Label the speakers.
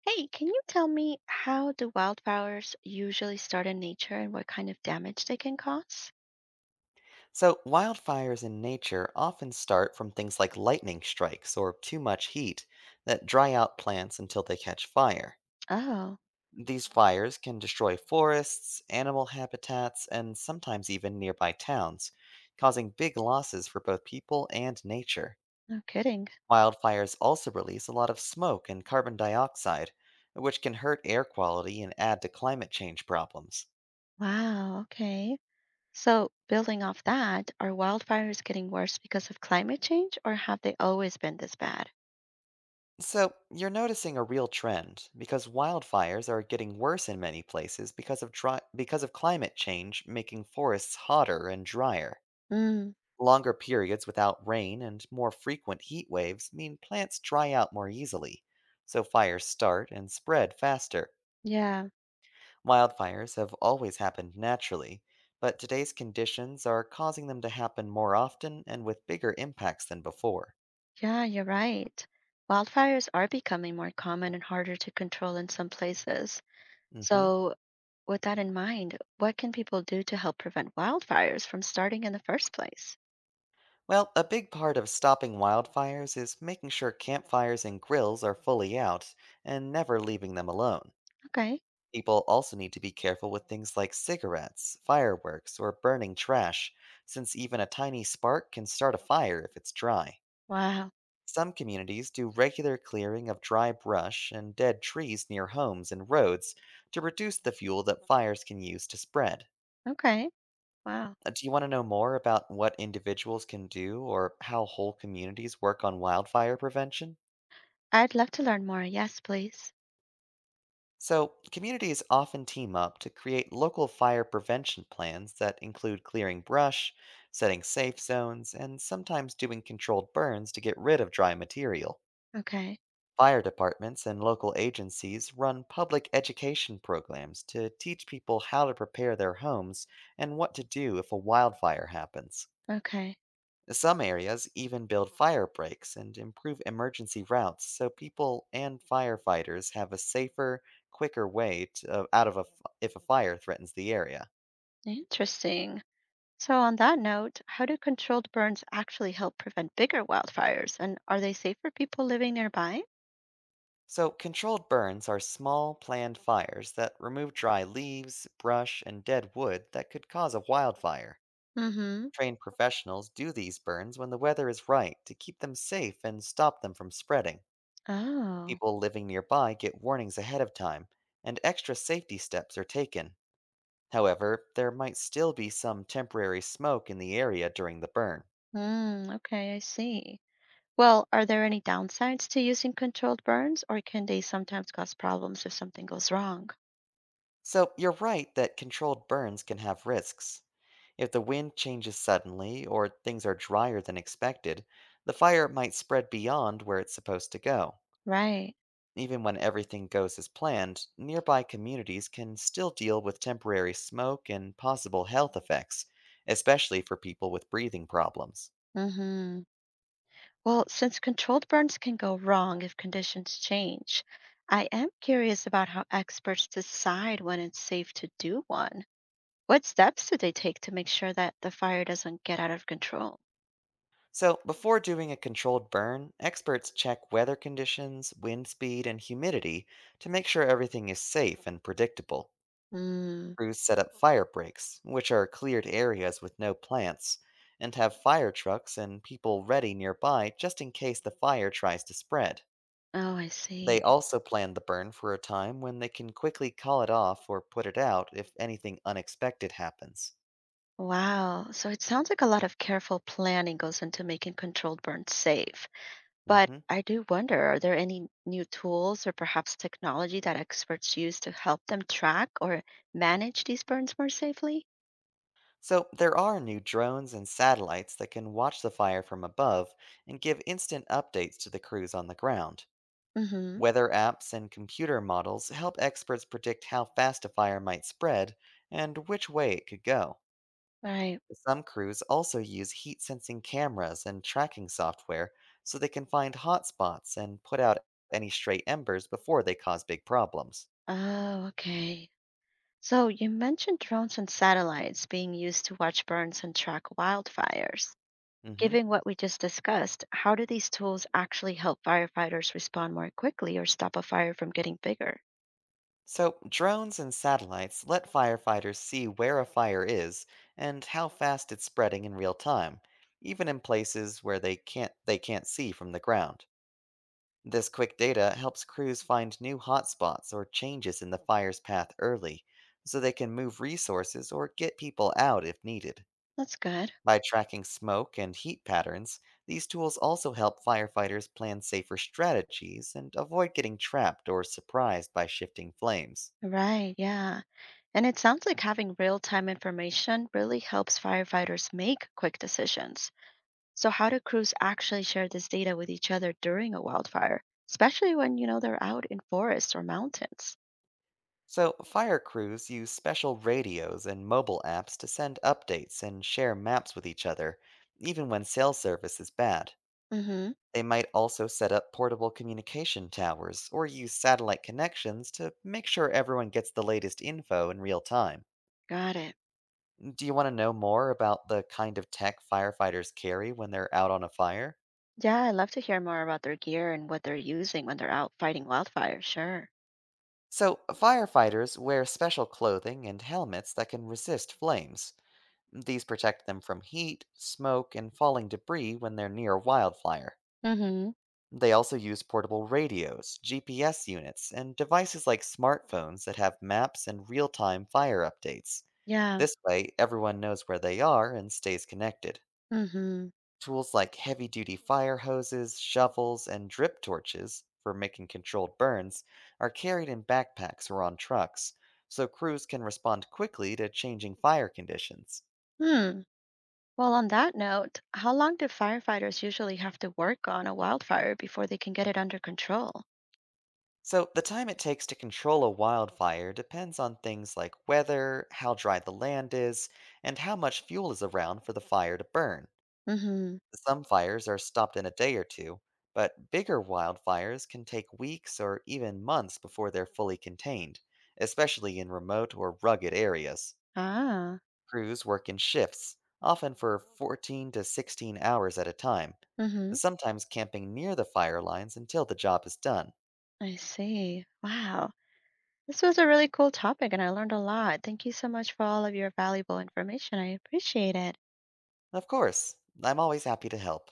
Speaker 1: Hey, can you tell me how do wildfires usually start in nature and what kind of damage they can cause?
Speaker 2: So, wildfires in nature often start from things like lightning strikes or too much heat that dry out plants until they catch fire.
Speaker 1: Oh,
Speaker 2: These fires can destroy forests, animal habitats, and sometimes even nearby towns, causing big losses for both people and nature.
Speaker 1: no kidding.
Speaker 2: Wildfires also release a lot of smoke and carbon dioxide, which can hurt air quality and add to climate change problems.
Speaker 1: Wow, okay. So, building off that, are wildfires getting worse because of climate change or have they always been this bad?
Speaker 2: So, you're noticing a real trend because wildfires are getting worse in many places because of climate change making forests hotter and drier.
Speaker 1: Mm,
Speaker 2: Longer periods without rain and more frequent heat waves mean plants dry out more easily, so fires start and spread faster.
Speaker 1: yeah,
Speaker 2: Wildfires have always happened naturally, but today's conditions are causing them to happen more often and with bigger impacts than before.
Speaker 1: yeah, you're right. Wildfires are becoming more common and harder to control in some places.
Speaker 2: Mhm.
Speaker 1: So, with that in mind, what can people do to help prevent wildfires from starting in the first place?
Speaker 2: Well, a big part of stopping wildfires is making sure campfires and grills are fully out and never leaving them alone.
Speaker 1: Okay.
Speaker 2: People also need to be careful with things like cigarettes, fireworks, or burning trash, since even a tiny spark can start a fire if it's dry.
Speaker 1: Wow.
Speaker 2: Some communities do regular clearing of dry brush and dead trees near homes and roads to reduce the fuel that fires can use to spread.
Speaker 1: Okay. Wow.
Speaker 2: Do you want to know more about what individuals can do or how whole communities work on wildfire prevention?
Speaker 1: I'd love to learn more. Yes, please.
Speaker 2: So, communities often team up to create local fire prevention plans that include clearing brush, setting safe zones, and sometimes doing controlled burns to get rid of dry material.
Speaker 1: Okay.
Speaker 2: Fire departments and local agencies run public education programs to teach people how to prepare their homes and what to do if a wildfire happens.
Speaker 1: Okay.
Speaker 2: Some areas even build fire breaks and improve emergency routes so people and firefighters have a safer, quicker way to, out of a f- if a fire threatens the area.
Speaker 1: Interesting. So, on that note, how do controlled burns actually help prevent bigger wildfires? And are they safe for people living nearby?
Speaker 2: So, controlled burns are small, planned fires that remove dry leaves, brush, and dead wood that could cause a wildfire.
Speaker 1: Mm-hmm.
Speaker 2: Trained professionals do these burns when the weather is right to keep them safe and stop them from spreading.
Speaker 1: Oh.
Speaker 2: People living nearby get warnings ahead of time, and extra safety steps are taken. However, there might still be some temporary smoke in the area during the burn.
Speaker 1: Mm, okay, I see. Well, are there any downsides to using controlled burns, or can they sometimes cause problems if something goes wrong?
Speaker 2: So you're right that controlled burns can have risks. If the wind changes suddenly or things are drier than expected, the fire might spread beyond where it's supposed to go.
Speaker 1: Right.
Speaker 2: Even when everything goes as planned, nearby communities can still deal with temporary smoke and possible health effects, especially for people with breathing problems.
Speaker 1: Mm-hmm. Well, since controlled burns can go wrong if conditions change, I am curious about how experts decide when it's safe to do one. What steps do they take to make sure that the fire doesn't get out of control?
Speaker 2: So, before doing a controlled burn, experts check weather conditions, wind speed, and humidity to make sure everything is safe and predictable.
Speaker 1: Hmm.
Speaker 2: Crews set up fire breaks, which are cleared areas with no plants, and have fire trucks and people ready nearby just in case the fire tries to spread.
Speaker 1: Oh, I
Speaker 2: They
Speaker 1: see.
Speaker 2: also plan the burn for a time when they can quickly call it off or put it out if anything unexpected happens.
Speaker 1: Wow. So it sounds like a lot of careful planning goes into making controlled burns safe. But
Speaker 2: hmm
Speaker 1: I do wonder, are there any new tools or perhaps technology that experts use to help them track or manage these burns more safely?
Speaker 2: So, there are new drones and satellites that can watch the fire from above and give instant updates to the crews on the ground.
Speaker 1: Mm-hmm.
Speaker 2: Weather apps and computer models help experts predict how fast a fire might spread and which way it could go.
Speaker 1: Right.
Speaker 2: Some crews also use heat sensing cameras and tracking software so they can find hot spots and put out any stray embers before they cause big problems.
Speaker 1: Oh, okay. So you mentioned drones and satellites being used to watch burns and track wildfires.
Speaker 2: hmm
Speaker 1: Given what we just discussed, how do these tools actually help firefighters respond more quickly or stop a fire from getting bigger?
Speaker 2: So, drones and satellites let firefighters see where a fire is and how fast it's spreading in real time, even in places where they can't see from the ground. This quick data helps crews find new hotspots or changes in the fire's path early, so they can move resources or get people out if needed.
Speaker 1: That's good.
Speaker 2: By tracking smoke and heat patterns, these tools also help firefighters plan safer strategies and avoid getting trapped or surprised by shifting flames.
Speaker 1: Right, yeah. And it sounds like having real-time information really helps firefighters make quick decisions. So how do crews actually share this data with each other during a wildfire, especially when, they're out in forests or mountains?
Speaker 2: So, fire crews use special radios and mobile apps to send updates and share maps with each other, even when cell service is bad.
Speaker 1: Mm-hmm.
Speaker 2: They might also set up portable communication towers or use satellite connections to make sure everyone gets the latest info in real time.
Speaker 1: Got it.
Speaker 2: Do you want to know more about the kind of tech firefighters carry when they're out on a fire?
Speaker 1: Yeah, I'd love to hear more about their gear and what they're using when they're out fighting wildfires. Sure.
Speaker 2: So, firefighters wear special clothing and helmets that can resist flames. These protect them from heat, smoke, and falling debris when they're near a wildfire.
Speaker 1: Mm-hmm.
Speaker 2: They also use portable radios, GPS units, and devices like smartphones that have maps and real time fire updates.
Speaker 1: Yeah.
Speaker 2: This way, everyone knows where they are and stays connected.
Speaker 1: Mm-hmm.
Speaker 2: Tools like heavy duty fire hoses, shovels, and drip torches for making controlled burns are carried in backpacks or on trucks, so crews can respond quickly to changing fire conditions.
Speaker 1: Hmm. Well, on that note, how long do firefighters usually have to work on a wildfire before they can get it under control?
Speaker 2: So, the time it takes to control a wildfire depends on things like weather, how dry the land is, and how much fuel is around for the fire to burn.
Speaker 1: Mm-hmm.
Speaker 2: Some fires are stopped in a day or two, but bigger wildfires can take weeks or even months before they're fully contained, especially in remote or rugged areas.
Speaker 1: Ah.
Speaker 2: Crews work in shifts, often for 14 to 16 hours at a time,
Speaker 1: Mm-hmm.
Speaker 2: sometimes camping near the fire lines until the job is done.
Speaker 1: I see. Wow. This was a really cool topic and I learned a lot. Thank you so much for all of your valuable information. I appreciate it.
Speaker 2: Of course, I'm always happy to help.